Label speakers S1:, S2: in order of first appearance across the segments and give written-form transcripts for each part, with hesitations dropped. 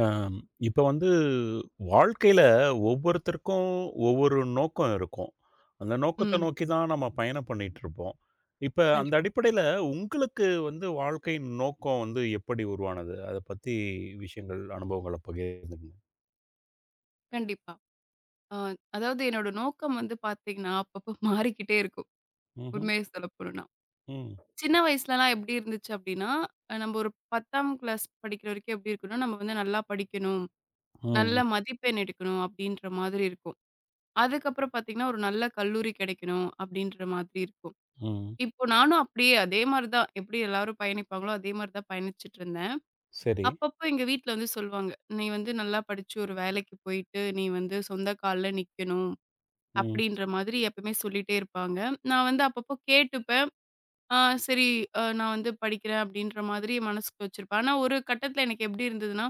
S1: அம் இப்ப வந்து வாழ்க்கையில ஒவ்வொருத்தருக்கும் ஒவ்வொரு நோக்கம் இருக்கும். அந்த நோக்கத்த
S2: ம்.
S1: நோக்கி தான் நம்ம பயணம் பண்ணிட்டுருப்போம். இப்ப அந்த
S2: கண்டிப்
S1: அடிப்படையில உங்களுக்கு வந்து வாழ்க்கையின் நோக்கம் வந்து எப்படி உருவானது? அத பத்தி விஷயங்கள், அனுபவங்கள பகிர்ந்துக்கங்க.
S2: கண்டிப்பா. அ அதாவது என்னோட நோக்கம் வந்து பார்த்தீங்கன்னா, அப்பப்போ மாறிக்கிட்டே இருக்கும்.
S1: ம்ஹ்ம்.
S2: உண்மைய சொல்லப்போணும்னா.
S1: ம்.
S2: சின்ன வயசுலலாம் எப்படி இருந்துச்சு அப்படின்னா, நம்ம ஒரு 10ஆம் கிளாஸ் படிக்கிற வரைக்கும் எப்படி இருக்கும்னா, நம்ம வந்து நல்லா படிக்கணும், நல்ல
S1: ம்.
S2: மதிப்பெண் எடுக்கணும் அப்படின்ற மாதிரி இருக்கும். அதுக்கப்புறம் பார்த்தீங்கன்னா, ஒரு நல்ல கல்லூரி கிடைக்கணும் அப்படின்ற மாதிரி இருக்கும்.
S1: ம்.
S2: இப்போ நானும் அப்படியே அதே மாரி தான். எப்படி எல்லாரும் பயணிப்பாங்களோ, அதே மாரி தான் பயணிச்சுட்டு இருந்தேன்.
S1: சரி.
S2: அப்பப்போ எங்க வீட்ல வந்து சொல்லுவாங்க, "நீ வந்து நல்லா படிச்சு ஒரு வேலைக்கு போயிட்டு, நீ வந்து சொந்த கால்ல நிக்கணும்."
S1: ம்.
S2: அப்படின்ற மாதிரி எப்பவுமே சொல்லிட்டே இருப்பாங்க. நான் வந்து அப்பப்போ கேட்டுப்பேன். ஆ, சரி, நான் வந்து படிக்கிறேன் அப்படின்ற மாதிரி மனசுக்கு வச்சிருப்பேன். ஆனா ஒரு கட்டத்தில எனக்கு எப்படி இருந்ததுன்னா,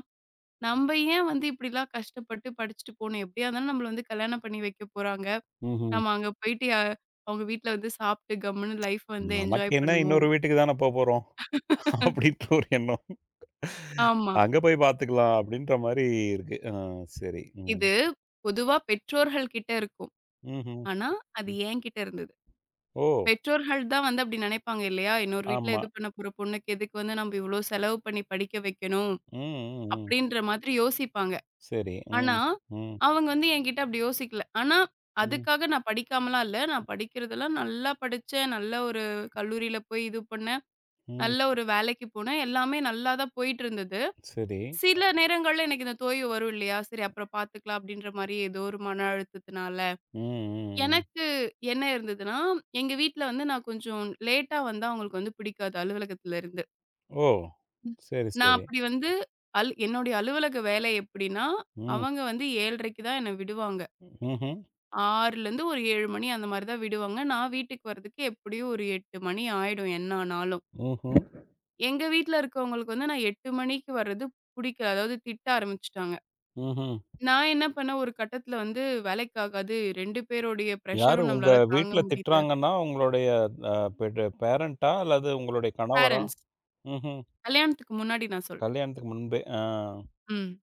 S2: நம்ம ஏன் வந்து இப்படிலாம் கஷ்டப்பட்டு படிச்சுட்டு போணும்? எப்படியா இருந்தாலும் நம்மள வந்து கல்யாணம் பண்ணி வைக்க போறாங்க.
S1: ம்ஹ்ம்.
S2: நம்ம அங்க போயிட்டு அவங்க வீட்ல வந்து சாப்பிட்டு கம்முன்னு லைஃப் வந்து
S1: நமக்கு
S2: என்ஜாய்
S1: என்ன
S2: பண்ணுவோம்.
S1: இன்னொரு வீட்டுக்கு தானே போப்போறோம். அப்படின்ற ஒரு எண்ணம்.
S2: ஆமா.
S1: அங்க போய் பார்த்துக்கலாம் அப்படின்ற மாரி இருக்கு. ஆ, சரி. ம்.
S2: இது பொதுவா பெற்றோர்கள் கிட்ட இருக்கும்.
S1: ம்ஹ்ம்.
S2: ஆனா அது என்கிட்ட இருந்தது.
S1: ஓ!
S2: பெற்றோர்கள் தான் வந்து அப்படி நினைப்பாங்க இல்லையா? இன்னொரு வீட்ல
S1: ஆமா.
S2: இது பண்ண போற பொண்ணுக்கு எதுக்கு வந்து நம்ம இவ்வளோ செலவு பண்ணி படிக்க வைக்கணும்?
S1: ம், ம், ம்.
S2: அப்படின்ற மாதிரி யோசிப்பாங்க.
S1: சரி.
S2: ஆனா,
S1: ம், ம்,
S2: அவங்க வந்து என்கிட்ட அப்படி யோசிக்கல. ஆனா,
S1: ம்,
S2: அதுக்காக நான் படிக்காமலாம் இல்ல. நான் படிக்கிறதெல்லாம் நல்லா படிச்சேன். நல்ல ஒரு கல்லூரியில போய் இது பண்ணேன்.
S1: ம்.
S2: நல்ல ஒரு வேலைக்கு போனேன். எல்லாமே நல்லா தான் போயிட்டுருந்தது.
S1: சரி.
S2: சில நேரங்கள்ல எனக்கு இந்த தொய்வு வரும் இல்லையா? சரி அப்புறம் பார்த்துக்கலாம் அப்படின்ற மாரி ஏதோ ஒரு மன அழுத்தத்தினால.
S1: ம், ம், ம்.
S2: எனக்கு என்ன இருந்ததுன்னா, எங்க வீட்ல வந்து நான் கொஞ்சம் லேட்டா வந்தா அவங்களுக்கு வந்து பிடிக்காது அலுவலகத்திலருந்து.
S1: ஓ! சரி,
S2: நான்
S1: சரி.
S2: அப்படி வந்து என்னுடைய அலுவலக வேலை எப்படின்னா,
S1: ம்.
S2: அவங்க வந்து 7:30க்கு தான் என்ன விடுவாங்க.
S1: ம்ஹ்ம்.
S2: 6லேருந்து ஒரு 7 மணி அந்த மாரி தான் விடுவாங்க. நான் வீட்டுக்கு வரதுக்கு எப்படியும் ஒரு 8 மணி ஆயிடும் என்ன ஆனாலும்.
S1: ம்ஹ்ம்.
S2: எங்க வீட்ல இருக்கவங்களுக்கு வந்து நான் 8 மணிக்கு வர்றது புடிக்கல. அதாவது திட்ட ஆரம்பிச்சுட்டாங்க.
S1: ம்ஹ்ம்.
S2: நான் என்ன பண்ணேன் ஒரு கட்டத்தில வந்து வேலைக்காகாது 2 பேருடைய
S1: யாரு
S2: பிரஷரும்
S1: உங்க
S2: நம்மளால தாங்க
S1: வீட்ல
S2: முடியல.
S1: திட்டுறாங்கன்னா, உங்களுடைய அ பெட் பேரன்ட்டா? அல்லது உங்களுடைய கணவரா?
S2: பேரன்ட்ஸ்,
S1: ம்ஹ்ம்.
S2: கல்யாணத்துக்கு முன்னாடி நான் சொல்றேன்.
S1: கல்யாணத்துக்கு முன்பே. ஆ.
S2: ம்.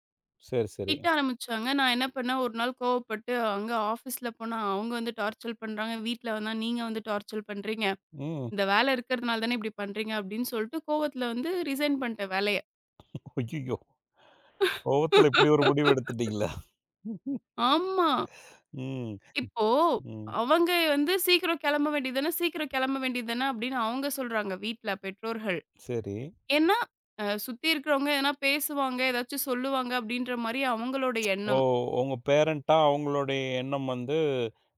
S1: சரி, சரி.
S2: திட்ட ஆரம்பிச்சாங்க. நான் என்ன பண்ணேன், ஒரு நாள் கோவப்பட்டு அங்க ஆஃபீஸ்ல போனா அவங்க வந்து டார்ச்சல் பண்றாங்க. வீட்ல வந்தா நீங்க வந்து டார்ச்சல் பண்றீங்க.
S1: ம்.
S2: இந்த வேல இருக்கிறதுனால தானே இப்படி பண்றீங்க அப்படின்னு சொல்லிட்டு கோவத்துல வந்து ரிசைன் பண்ணிட்டேன் வேலைய.
S1: ஐய்யய்யோ! கோவத்துல இப்படி ஒரு முடிவு எடுத்துட்டீங்களா?
S2: ஆமா.
S1: ம்,
S2: இப்போ
S1: ம்.
S2: அவங்க வந்து சீக்கிரம் கிளம்ப வேண்டியது தானே, சீக்கிரம் கிளம்ப வேண்டியது தானே அப்படின்னு அவங்க சொல்றாங்க வீட்ல பெற்றோர்கள்.
S1: சரி.
S2: ஏன்னா, சுத்தி இருக்கிறவங்க எதனா பேசுவாங்க, ஏதாச்சும் சொல்லுவாங்க அப்படின்ற மாரி அவங்களோட
S1: ஓ!
S2: எண்ணம்.
S1: உங்க பேரன்ட்டா அவங்களுடைய எண்ணம் வந்து,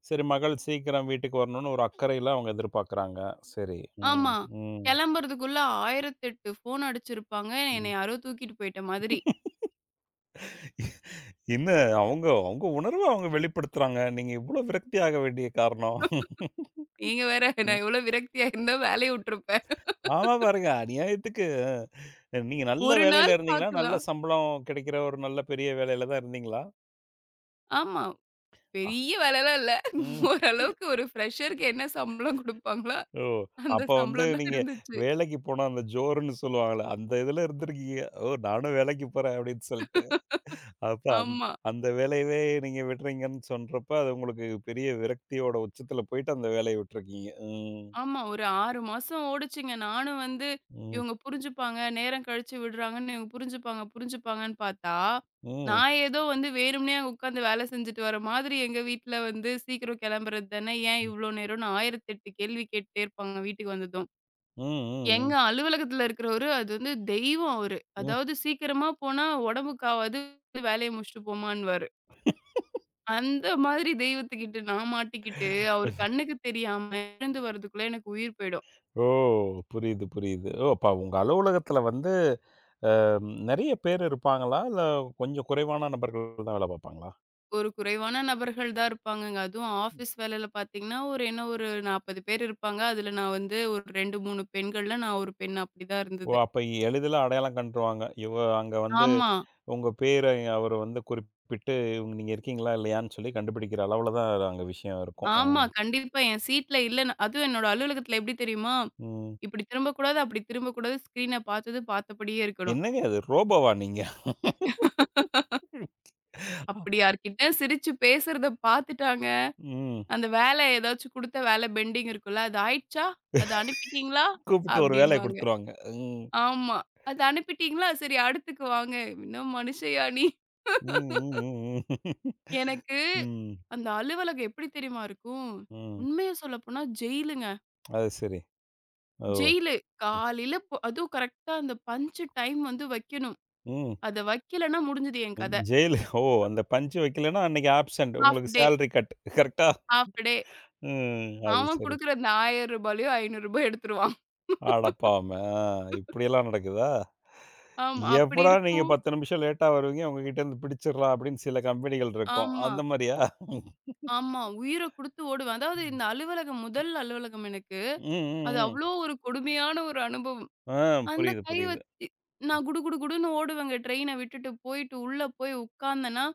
S1: சரி மகள் சீக்கிரம் வீட்டுக்கு வரணும்னு ஒரு அக்கறையில அவங்க எதிர்பார்க்குறாங்க. சரி. ம்.
S2: ஆமா.
S1: ம்.
S2: கெளம்புறதுக்குள்ள 1008 ஃபோன் அடிச்சிருப்பாங்க.
S1: ம்.
S2: என்னைய யாரோ தூக்கிட்டு போயிட்ட மாதிரி.
S1: என்ன அவங்க அவங்க உணர்வ அவங்க வெளிப்படுத்துறாங்க. நீங்க இவ்ளோ விரக்தியாக வேண்டிய காரணம்.
S2: நீங்க வேற
S1: ம்.
S2: நான் எவ்வளோ விரக்தியா இருந்தா வேலைய விட்டுருப்பேன்.
S1: ஆமா, பாருங்க. அநியாயத்துக்கு நீங்க நல்ல
S2: ஒரு நாள்
S1: வேலையில இருந்தீங்களா? நல்ல
S2: பாக்கலாம்.
S1: சம்பளம் கிடைக்கிற ஒரு நல்ல பெரிய வேலையில தான் இருந்தீங்களா?
S2: ஆமா.
S1: ஆ.
S2: பெரிய வேலைலாம் இல்ல.
S1: ம்.
S2: ஓரளவுக்கு ஒரு ஃப்ரெஷருக்கு என்ன சம்பளம் குடுப்பாங்களோ,
S1: ஓ!
S2: அந்த
S1: அப்ப வந்து
S2: சம்பளம் தான்
S1: நீங்க
S2: இருந்துச்சு.
S1: வேலைக்கு போனா அந்த ஜோர்ன்னு சொல்லுவாங்கல்ல, அந்த இதுல இருந்திருக்கீங்க. ஓ! நானும் வேலைக்கு போறேன் அப்படின்னு சொல்லிட்டு. அப்ப
S2: ஆமா.
S1: அந்த வேலையவே நீங்க விடுறீங்கன்னு சொல்றப்ப, அது உங்களுக்கு பெரிய விரக்தியோட உச்சத்துல போயிட்டு அந்த வேலைய விட்டுருக்கீங்க. ம்.
S2: ஆமா. ஒரு 6 மாசம் ஓடுச்சுங்க. நானும் வந்து
S1: ம்.
S2: இவங்க புரிஞ்சுப்பாங்க, நேரம் கழிச்சு விடுறாங்கன்னு இவங்க புரிஞ்சுப்பாங்க, புரிஞ்சுப்பாங்கன்னு பார்த்தா,
S1: ம்.
S2: நான் ஏதோ வந்து வேணும்னே அங்க உட்காந்து வேலை செஞ்சுட்டு வர மாதிரி எங்க வீட்ல வந்து சீக்கிரம் கிளம்புறது தானே, ஏன்
S1: ம்.
S2: இவ்ளோ நேரம்னு 1008 கேள்வி கேட்டுட்டே இருப்பாங்க வீட்டுக்கு வந்ததும்.
S1: ம். ம்.
S2: எங்க அலுவலகத்துல இருக்கிறவரு அது வந்து தெய்வம் அவரு.
S1: ம்.
S2: அதாவது சீக்கிரமா போனா உடம்புக்கு ஆவாது, வேலைய முடிச்சுட்டு போமான்னுவாரு. அந்த மாதிரி தெய்வத்துக்கிட்ட நான் மாட்டிக்கிட்டு, அவரு கண்ணுக்கு தெரியாம எழுந்து வர்றதுக்குள்ள எனக்கு உயிர் போயிடும்.
S1: ஓ! புரியுது, புரியுது. ஓ! அப்ப உங்க அலுவலகத்துல வந்து நெறைய பேர் இருப்பாங்களா? இல்ல கொஞ்சம் குறைவான நபர்கள் தான் வேல பார்ப்பாங்களா?
S2: ஒரு குறைவான நபர்கள் தான் இருப்பாங்கங்க. அதுவும் ஆஃபீஸ் வேலையில பார்த்தீங்கன்னா, ஒரு என்ன ஒரு 40 பேர் இருப்பாங்க. அதில நான் வந்து ஒரு 2, 3 பெண்கள்ல நான் ஒரு பெண் அப்படிதான்
S1: ஓ!
S2: இருந்தது.
S1: அப்ப எளிதில அடையாளம் கண்டுருவாங்க. இவ அங்க வந்து
S2: ஆமா,
S1: உங்க பேர அவரு வந்து குறிப்பிட்டு, இவங்க நீங்க இருக்கீங்களா? இல்லையான்னு சொல்லி கண்டுபிடிக்கிற அளவுல தான் அங்க விஷயம் இருக்கும்.
S2: ஆமா.
S1: ம்.
S2: கண்டிப்பா என் சீட்ல இல்ல. நான்- அதுவும் என்னோட அலுவலகத்தில எப்படி தெரியுமா?
S1: ம்.
S2: இப்படி திரும்பக்கூடாது, அப்படி திரும்பக்கூடாது. ஸ்க்ரீன பார்த்தது பார்த்தபடியே இருக்கணும்.
S1: என்னங்க அது ரோபோவா நீங்க?
S2: அப்படி யார்கிட்ட சிரிச்சு பேசுறத பார்த்துட்டாங்க.
S1: ம்.
S2: அந்த வேலை ஏதாச்சும் குடுத்த வேலை பெண்டிங் இருக்கும்ல. அது ஆயிடுச்சா? அது அனுப்பிட்டீங்களா?
S1: கூப்பிட்டு ஒரு வேலைய
S2: அப்படின்னுவாங்க.
S1: குடுத்துருவாங்க. ம்.
S2: ஆமா. அது அனுப்பிட்டீங்களா? சரி அடுத்துக்கு வாங்க. இன்னும் மனுஷயா நீ?
S1: ம், ம், ம், ம்.
S2: எனக்கு
S1: ம்,
S2: அந்த அலுவலகம் எப்படி தெரியுமா இருக்கும்?
S1: ம்.
S2: உண்மைய சொல்லப்போனா ஜெயிலுங்க.
S1: அது சரி. ஓ!
S2: ஜெயிலு. காலையில போ அதுவும் கரெக்ட்டா அந்த பஞ்ச் டைம் வந்து வைக்கணும்.
S1: ம்.
S2: அத வைக்கலன்னா முடிஞ்சது என் கத.
S1: ஜெயில், ஓ! அந்த பஞ்ச் வைக்கலன்னா அன்னைக்கு ஆப்சென்ட்.
S2: ஹால்ஃப்
S1: உங்களுக்கு
S2: டே,
S1: சேலரி கட். கரெக்ட்டா?
S2: Half day.
S1: ம். அது
S2: அவன்
S1: சரி.
S2: குடுக்குற அந்த ரூ. 1000 ரூ. 500 எடுத்துருவான்.
S1: அடப்பாவமே! ஆ, இப்படியெல்லாம் நடக்குதா?
S2: ஆமா. அப்படி
S1: எப்படா நீங்க
S2: இருக்கும்.
S1: 10 நிமிஷம் லேட்டா வருவீங்க, உங்ககிட்ட இருந்து பிடிச்சிடலாம் அப்படின்னு சில கம்பெனிகள் இருக்கும்.
S2: ஆமா,
S1: அந்த மாரியா?
S2: ஆமா. உயிர குடுத்து ஓடுவேன். அதாவது
S1: ம்.
S2: இந்த அலுவலகம் முதல் அலுவலகம் எனக்கு.
S1: ம்,
S2: அது
S1: ம், ம்.
S2: அவ்ளோ ஒரு கொடுமையான ஒரு அனுபவம்.
S1: ஆ,
S2: அந்த
S1: புரியுது,
S2: கை
S1: புரியுது.
S2: வச்சு நான் குடு குடு குடுன்னு ஓடுவேங்க ட்ரெயின விட்டுட்டு போயிட்டு உள்ள போய் உட்கார்ந்தேன்னா,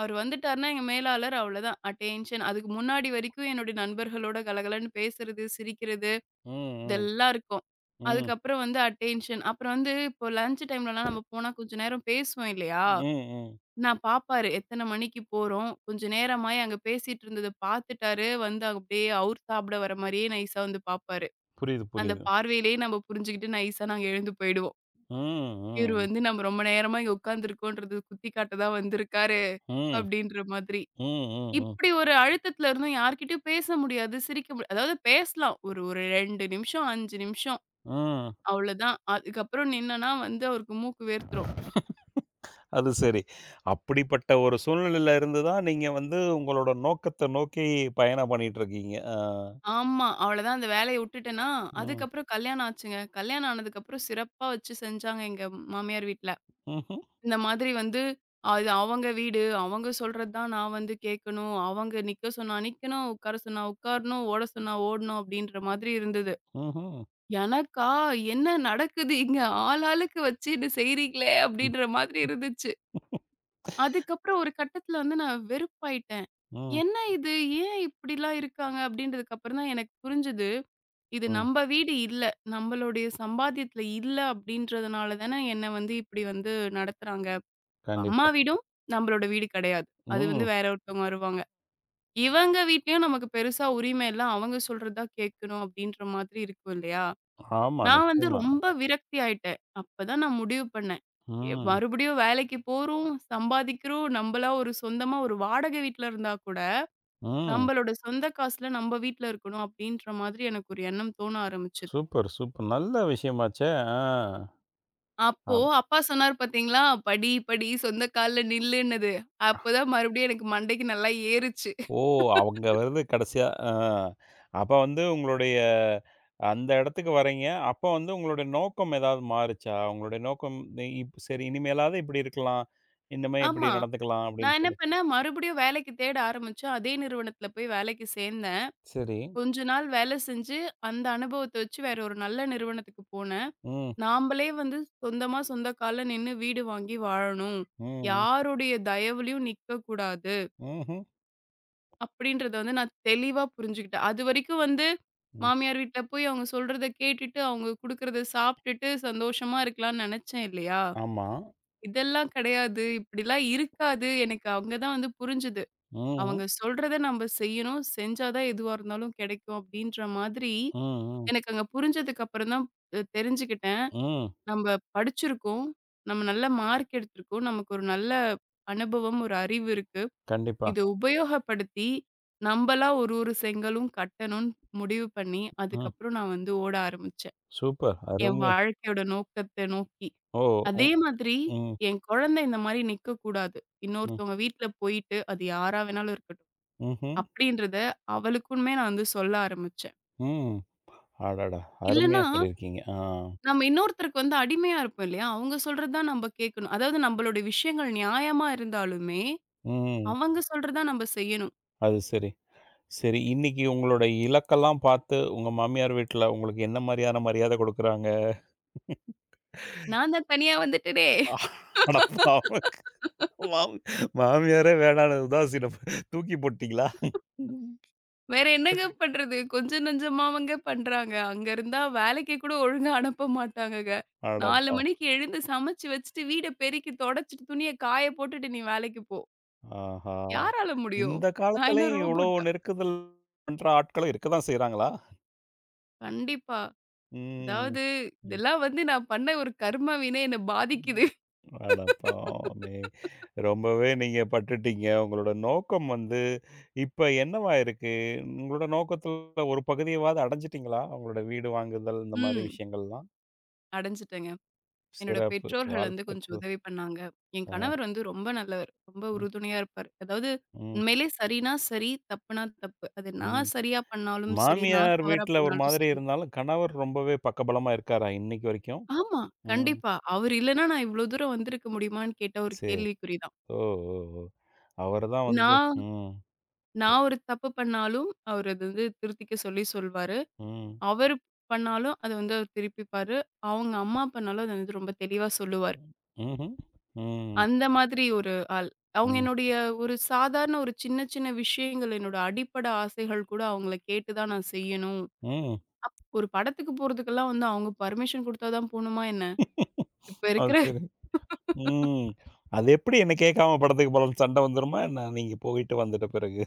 S2: அவரு வந்துட்டாருன்னா எங்க மேலாளர் அவ்வளோதான் அட்டென்ஷன். அதுக்கு முன்னாடி வரைக்கும் என்னுடைய நண்பர்களோட கலகலன்னு பேசுறது, சிரிக்கிறது
S1: ம், ம்,
S2: இதெல்லாம் இருக்கும்.
S1: ம்,
S2: அதுக்கப்புறம் வந்து அட்டென்ஷன். அப்புறம் வந்து இப்போ லஞ்ச் டைம்லலாம் நம்ம போனா கொஞ்ச நேரம் பேசுவோம் இல்லையா?
S1: ம், ம்.
S2: நான் பாப்பாரு எத்தன மணிக்கு போறோம்? கொஞ்ச நேரமாயி அங்க பேசிட்டு இருந்தத பார்த்துட்டாரு. வந்து அப்படியே அவரு சாப்பிட வர மாரியே நைஸா வந்து பார்ப்பாரு.
S1: புரியுது,
S2: அந்த
S1: புரியுது.
S2: பார்வையிலேயே நம்ம புரிஞ்சுகிட்டு நைஸா நாங்க எழுந்து போயிடுவோம்.
S1: ம்,
S2: இவரு
S1: ம்,
S2: வந்து நம்ம ரொம்ப நேரமா இங்க உட்கார்ந்துருக்கோம்ன்றது குத்தி காட்ட தான் வந்திருக்காரு
S1: ம்,
S2: அப்படின்ற மாதிரி.
S1: ம், ம், ம்,
S2: இப்படி ஒரு அழுத்தத்துல இருந்தும் யார்கிட்டயும் பேச முடியாது, சிரிக்க முடியாது. அதாவது பேசலாம். ஒரு ஒரு 2 நிமிஷம், 5 நிமிஷம்
S1: ம்.
S2: அவ்வளோதான். அதுக்கப்புறம் நின்னனா வந்து அவருக்கு மூக்கு வேர்த்துரும்.
S1: அது சரி. அப்படிப்பட்ட ஒரு சூழ்நிலையில இருந்து தான் நீங்க வந்து உங்களோட நோக்கத்த நோக்கி பயணம் பண்ணிட்டு இருக்கீங்க. ஆ,
S2: ஆமா. அவ்வளோதான் அந்த வேலைய விட்டுட்டேனா,
S1: ம்,
S2: அதுக்கப்புறம் கல்யாணம் ஆச்சுங்க. கல்யாணம் ஆனதுக்கப்புறம் சிறப்பா வச்சு செஞ்சாங்க எங்க மாமியார் வீட்ல.
S1: ம்ஹ்ம்,
S2: இந்த மாதிரி வந்து, அது அவங்க வீடு, அவங்க சொல்றது தான் நான் வந்து கேட்கணும். அவங்க நிக்க சொன்னா நிக்கணும், உட்கார சொன்னா உட்காரணும், ஓட சொன்னா ஓடணும் அப்படின்ற மாதிரி இருந்தது.
S1: ம்ஹ்ம்.
S2: எனக்கா, என்ன நடக்குது இங்க? ஆளாளுக்கு வச்சுட்டு செய்றீங்களே அப்படின்ற மாதிரி இருந்துச்சு. அதுக்கப்புறம் ஒரு கட்டத்தில வந்து நான் வெறுப்பாயிட்டேன்.
S1: ம்,
S2: என்ன இது? ஏன் இப்படிலாம் இருக்காங்க? அப்படின்றதுக்கு அப்புறம் தான் எனக்கு புரிஞ்சது. இது
S1: ம்.
S2: நம்ப வீடு இல்ல. நம்மளுடைய சம்பாத்தியத்தில இல்ல அப்படின்றதுனால தானே என்ன வந்து இப்படி வந்து நடத்துறாங்க. அம்மா
S1: கண்டிப்பா.
S2: வீடும் நம்மளோட வீடு கிடையாது. அது வந்து
S1: ம்.
S2: வேற ஒருத்தவங்க வருவாங்க. இவங்க வீட்லயும் நமக்கு பெருசா உரிமை இல்ல. அவங்க சொல்றது தான் கேட்கணும் அப்படின்ற மாதிரி இருக்கும் இல்லையா?
S1: ஆமா,
S2: நான் வந்து
S1: நிச்சயமா.
S2: ரொம்ப விரக்தி ஆயிட்டேன். அப்பதான் நான் முடிவு பண்ணேன்.
S1: ம்,
S2: மறுபடியும் வேலைக்கு போறோம், சம்பாதிக்கிறோம். நம்பளா ஒரு சொந்தமா ஒரு வாடகை வீட்ல இருந்தா கூட,
S1: ம்.
S2: நம்மளோட சொந்த காசுல நம்ம வீட்ல இருக்கணும் அப்படின்ற மாதிரி எனக்கு ஒரு எண்ணம் தோண ஆரம்பிச்சது.
S1: Super, super. நல்ல விஷயமாச்சே! ஆ.
S2: அப்போ அப்பா சொன்னாரு பார்த்தீங்களா? "படி, படி சொந்த கால்ல நில்லுன்னது." அப்பதான் மறுபடியும் எனக்கு மண்டைக்கு நல்லா ஏறுச்சு.
S1: ஓ! அவங்க வருது கடைசியா. ஆ. அப்ப வந்து உங்களுடைய அந்த இடத்துக்கு வர்றீங்க. அப்ப வந்து உங்களுடைய நோக்கம் ஏதாவது மாறுச்சா? உங்களுடைய நோக்கம் நீ சரி இனிமேலாவது இப்படி இருக்கலாம். இனிமே இப்படி
S2: ஆமா.
S1: நடந்துக்கலாம் அப்படின்னு
S2: நான் என்ன
S1: சொல்லி.
S2: பண்ணேன், மறுபடியும் வேலைக்கு தேட ஆரம்பிச்சேன். அதே நிறுவனத்தில போய் வேலைக்கு சேர்ந்தேன்.
S1: சரி.
S2: கொஞ்ச நாள் வேலை செஞ்சு, அந்த அனுபவத்த வச்சு வேற ஒரு நல்ல நிறுவனத்துக்கு போனேன்.
S1: ம்.
S2: நாம்பளே வந்து சொந்தமா, சொந்த கால்ல நின்னு வீடு வாங்கி வாழணும்.
S1: ம்.
S2: யாருடைய தயவுலயும் நிக்கக்கூடாது.
S1: ம்ஹ்ம்.
S2: அப்படின்றத வந்து நான் தெளிவா புரிஞ்சுகிட்டேன். அதுவரைக்கும் வந்து
S1: ம்.
S2: மாமியார் வீட்ல போய் அவங்க சொல்றத கேட்டுட்டு, அவங்க குடுக்கறத சாப்ட்டுட்டு சந்தோஷமா இருக்கலாம்னு நெனச்சேன் இல்லையா?
S1: ஆமா.
S2: இதெல்லாம் கிடையாது. இப்படிலாம் இருக்காது. எனக்கு அங்க தான் வந்து புரிஞ்சுது.
S1: ம்ஹ்ம்.
S2: அவங்க சொல்றத நம்ப செய்யணும். செஞ்சா தான் எதுவா இருந்தாலும் கெடைக்கும் அப்டின்ற மாதிரி,
S1: ம். ம்.
S2: எனக்கு அங்க புரிஞ்சதுக்கு அப்புறம் தான் தெரிஞ்சுக்கிட்டேன்.
S1: ம்.
S2: நம்ப படிச்சிருக்கோம். நம்ம நல்ல மார்க் எடுத்திருக்கோம். நமக்கு ஒரு நல்ல அனுபவம், ஒரு அறிவு இருக்கு.
S1: கண்டிப்பா.
S2: இத உபயோகப்படுத்தி, நம்பளா ஒரு ஒரு செங்கலும் கட்டணும்னு முடிவு பண்ணி,
S1: ம்.
S2: அதுக்கப்புறம் நான் வந்து ஓட ஆரம்பிச்சேன்.
S1: சூப்பர்.
S2: என்
S1: அருமை.
S2: வாழ்க்கையோட நோக்கத்த நோக்கி.
S1: ஓ!
S2: அதே
S1: ம்.
S2: மாதிரி
S1: ம்.
S2: என் குழந்தை இந்த மாரி நிக்கக்கூடாது.
S1: ம்.
S2: இன்னொருத்தவங்க வீட்ல போயிட்டு, அது யாரா வேணாலும் இருக்கட்டும்.
S1: ம்ஹ்ம்.
S2: அப்படின்றத அவளுக்குமே நான் வந்து சொல்ல ஆரம்பிச்சேன்.
S1: ம். அடடா!
S2: இல்லன்னா,
S1: அருமையா சொல்லியிருக்கீங்க. ஆ.
S2: நம்ம இன்னொருத்தருக்கு வந்து அடிமையா இருப்போம் இல்லையா? அவங்க சொல்றது தான் நம்ப கேட்கணும். அதாவது நம்மளுடைய விஷயங்கள் நியாயமா இருந்தாலுமே,
S1: ம்.
S2: அவங்க சொல்றது தான் நம்ம செய்யணும்.
S1: அது சரி. சரி. இன்னைக்கு உங்களோட இலக்கெல்லாம் பார்த்து, உங்க மாமியார் வீட்ல உங்களுக்கு என்ன மாரியான மரியாதை குடுக்குறாங்க?
S2: நான் தான் தனியா வந்துட்டேனே!
S1: அட பாவம்! மாமி மாமியாரே வேணான்னு உதாசீனம் தூக்கி போட்டீங்களா?
S2: வேற என்னங்க பண்றது? கொஞ்சம் நஞ்சமாவங்க பண்றாங்க. அங்க இருந்தா வேலைக்கு கூட ஒழுங்கா அனுப்ப மாட்டாங்கங்க. 4
S1: அடப்பா!
S2: மணிக்கு எழுந்து சமைச்சு வச்சுட்டு, வீட பெருக்கி தொடச்சுட்டு, துணிய காய போட்டுட்டு, "நீ வேலைக்கு போ."
S1: ஆஹா!
S2: யாரால முடியும்?
S1: இந்த
S2: நான் என்ன
S1: காலத்திலயும் இவ்ளோ
S2: ரோபோட்டா?
S1: நெருக்குதல் பண்ற ஆட்களும் இருக்க தான் செய்றாங்களா?
S2: கண்டிப்பா.
S1: ம்.
S2: அதாவது, இதெல்லாம் வந்து நான் பண்ண ஒரு கர்மவினை என்ன பாதிக்குது.
S1: ம். அட பாவமே! ரொம்பவே நீங்க பட்டுட்டீங்க. உங்களோட நோக்கம் வந்து இப்ப என்னவா இருக்கு? உங்களோட நோக்கத்துல ஒரு பகுதியவாது அடைஞ்சுட்டீங்களா? உங்களோட வீடு வாங்குதல் இந்த மாரி
S2: ம்.
S1: விஷயங்கள்லாம்?
S2: அடைஞ்சுட்டேங்க. என்னோட
S1: சிறப்பு.
S2: பெற்றோர்கள் வந்து கொஞ்சம்
S1: வாழ்த்துக்கள்.
S2: உதவி பண்ணாங்க. என்
S1: அ,
S2: கணவர் வந்து ரொம்ப நல்லவர். ரொம்ப
S1: ம்,
S2: உறுதுணையா இருப்பாரு. அதாவது
S1: ம்,
S2: உண்மையிலே சரின்னா சரி, தப்புனா தப்பு. அது
S1: ம்.
S2: நான் சரியா பண்ணாலும் சரி, நான்
S1: மாமியார்
S2: தவறா
S1: வீட்ல ஒரு
S2: பண்ணாலும்
S1: மாதிரி
S2: சரி.
S1: இருந்தாலும், கணவர் ரொம்பவே பக்கபலமா இருக்காரா இன்னைக்கு வரைக்கும்?
S2: ஆமா.
S1: ம்.
S2: கண்டிப்பா. அவரு இல்லன்னா நான் இவ்ளோ தூரம் வந்திருக்க முடியுமான்னு கேட்டா ஒரு
S1: சரி.
S2: கேள்விக்குறி தான்.
S1: ஓ! ஓ! ஓ! அவரு தான் வந்து
S2: நான்
S1: ம்,
S2: நான் ஒரு தப்பு பண்ணாலும், அவரு அது வந்து திருத்திக்க சொல்லி சொல்வாரு.
S1: ம்,
S2: அவரு பண்ணாலும் அத வந்து அவர் திருப்பிப்பாரு. அவங்க அம்மா பண்ணாலும் அத வந்து ரொம்ப தெளிவா சொல்லுவாரு.
S1: ம். ம்ஹ்ம். ம்,
S2: அந்த மாதிரி ஒரு ஆள். அவங்க
S1: ம்,
S2: என்னுடைய ஒரு சாதாரண ஒரு சின்ன சின்ன விஷயங்கள், என்னோட அடிப்படை ஆசைகள் கூட அவங்கள கேட்டு தான் நான் செய்யணும்.
S1: ம்.
S2: ஒரு படத்துக்கு போறதுக்கெல்லாம் வந்து அவங்க பர்மிஷன் குடுத்தா தான் போணுமா என்ன? இப்ப
S1: அது
S2: இருக்கிற
S1: சரி. ம். அது எப்படி என்ன கேட்காம படத்துக்கு போலாம்ன்னு சண்டை வந்துருமா என்ன? நீங்க போயிட்டு வந்துட்ட பிறகு?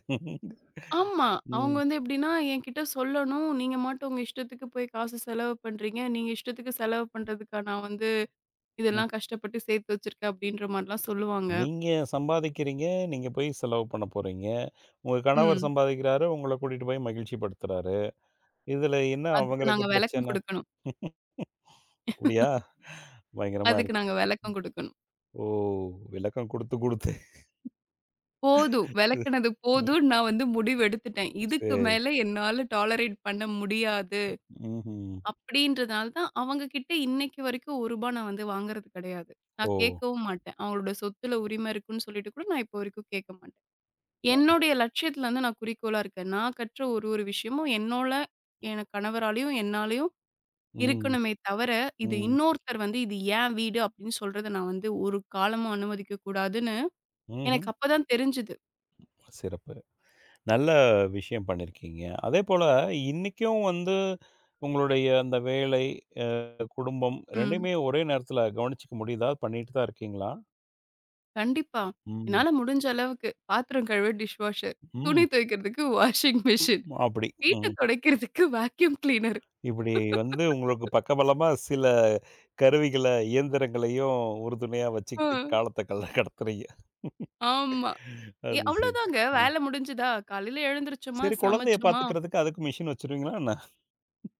S2: ஆமா. அவங்க
S1: ம்.
S2: வந்து எப்படின்னா, என்கிட்ட சொல்லணும். நீங்க மாட்டும் உங்க இஷ்டத்துக்கு போய் காசு செலவு பண்றீங்க. நீங்க இஷ்டத்துக்கு செலவு பண்றதுக்கா நான் வந்து
S1: ம்.
S2: இதெல்லாம் கஷ்டப்பட்டு சேர்த்து வச்சிருக்கேன் அப்படின்ற மாரிலாம் சொல்லுவாங்க.
S1: நீங்க சம்பாதிக்கிறீங்க. நீங்க போய் செலவு பண்ண போறீங்க. உங்க கணவர்
S2: ம்.
S1: சம்பாதிக்கிறாரு. உங்கள கூட்டிட்டு போய் மகிழ்ச்சிப்படுத்துறாரு. இதுல என்ன
S2: அதுக்கு
S1: அவங்களுக்கு
S2: நாங்க விளக்கம்
S1: பிரச்சனை?
S2: குடுக்கணும்.
S1: அப்படியா? பயங்கரமா
S2: அதுக்கு
S1: இருக்கு.
S2: நாங்க விளக்கம் குடுக்கணும்.
S1: ஓ! விளக்கம் குடுத்து, குடுத்து.
S2: போதும். விளக்குனது போதும். நான் வந்து முடிவு எடுத்துட்டேன். இதுக்கு
S1: சரி.
S2: மேல என்னால டாலரேட் பண்ண முடியாது.
S1: ம்ஹ்ம்.
S2: அப்படின்றதுனால தான் அவங்க கிட்ட இன்னைக்கு வரைக்கும் ரூ. 1 நான் வந்து வாங்குறது கிடையாது.
S1: ஓ!
S2: நான் கேட்கவும் மாட்டேன். அவங்களோட சொத்துல உரிமை இருக்குன்னு சொல்லிட்டு கூட நான் இப்போ வரைக்கும் கேட்க மாட்டேன். என்னுடைய லட்சியத்துல வந்து நான் குறிக்கோளா இருக்கேன். நான் கற்ற ஒரு ஒரு விஷயமும் என்னோட என் கணவராலயும், என்னாலயும்
S1: ம்.
S2: இருக்கணுமே தவிர, இது
S1: ம்.
S2: இன்னொருத்தர் வந்து இது என் வீடு அப்படின்னு சொல்றத நான் வந்து ஒரு காலமும் அனுமதிக்க கூடாதுன்னு
S1: ம்ஹ்ம்.
S2: எனக்கு அப்பதான் தெரிஞ்சது.
S1: சிறப்பு. நல்ல விஷயம் பண்ணியிருக்கீங்க. அதேபோல இன்னைக்கும் வந்து உங்களுடைய அந்த வேலை, அ குடும்பம்
S2: ம்.
S1: 2யுமே ஒரே நேரத்தில கவனிச்சுக்க முடியுதா? பண்ணிட்டு தான் இருக்கீங்களா?
S2: கண்டிப்பா.
S1: ம்,
S2: என்னால முடிஞ்ச அளவுக்கு பாத்திரம் கழுவ டிஷ் வாஷர், துணி
S1: ம்.
S2: துவைக்கிறதுக்கு வாஷிங் மிஷின்,
S1: அப்படி.
S2: வீட்ட
S1: ம்.
S2: துடைக்கிறதுக்கு வேக்யூம் கிளீனர்.
S1: இப்படி வந்து உங்களுக்கு பக்கபலமா சில கருவிகள, இயந்திரங்களையும் உறுதுணையா
S2: ஆ.
S1: வச்சுக்கிட்டு காலத்த கல கடத்துறீங்க.
S2: ஆமா.
S1: அது சரி.
S2: அவ்வளோதாங்க.
S1: அ.
S2: வேல முடிஞ்சுதா? காலையில எழுந்திரிச்சோமா,
S1: சரி, குழந்தைய
S2: சமைச்சோமா,
S1: பார்த்துக்கிறதுக்கு அதுக்கும் மிஷின் வச்சுருவீங்களா என்ன?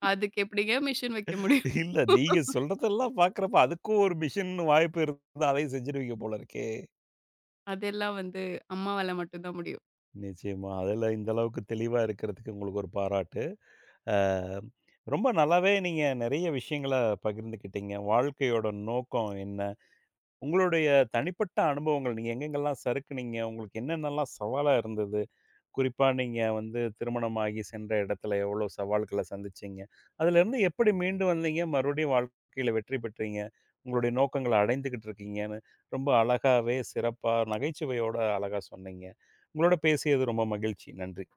S2: அதுக்கு எப்படிங்க மிஷின் வைக்க முடியும்?
S1: இல்ல நீங்க சொல்றதெல்லாம் பார்க்குறப்ப அதுக்கும் ஒரு மிஷின் வாய்ப்பு இருந்தா அதையும் செஞ்சுருவீங்க போல இருக்கே!
S2: அதெல்லாம் வந்து அம்மாவால மட்டும் தான் முடியும்.
S1: நிச்சயமா. அதுல இந்த அளவுக்கு தெளிவா இருக்கிறதுக்கு உங்களுக்கு ஒரு பாராட்டு. அ ரொம்ப நல்லாவே நீங்க நெறைய விஷயங்கள பகிர்ந்துக்கிட்டீங்க. வாழ்க்கையோட நோக்கம் என்ன? உங்களுடைய தனிப்பட்ட அனுபவங்கள் நீங்க எங்கெங்கெல்லாம் சறுக்குனீங்க? உங்களுக்கு என்னென்னலாம் சவாலா இருந்தது? குறிப்பா நீங்க வந்து திருமணமாகி சென்ற இடத்துல எவ்வளோ சவால்கள சந்திச்சீங்க? அதுலேருந்து எப்படி மீண்டு வந்தீங்க? மறுபடியும் வாழ்க்கையில வெற்றி பெற்றீங்க? உங்களுடைய நோக்கங்கள அடைந்துகிட்டு இருக்கீங்கன்னு ரொம்ப அழகாவே, சிறப்பா, நகைச்சுவையோட அழகா சொன்னீங்க. உங்களோட பேசியது ரொம்ப மகிழ்ச்சி. நன்றி.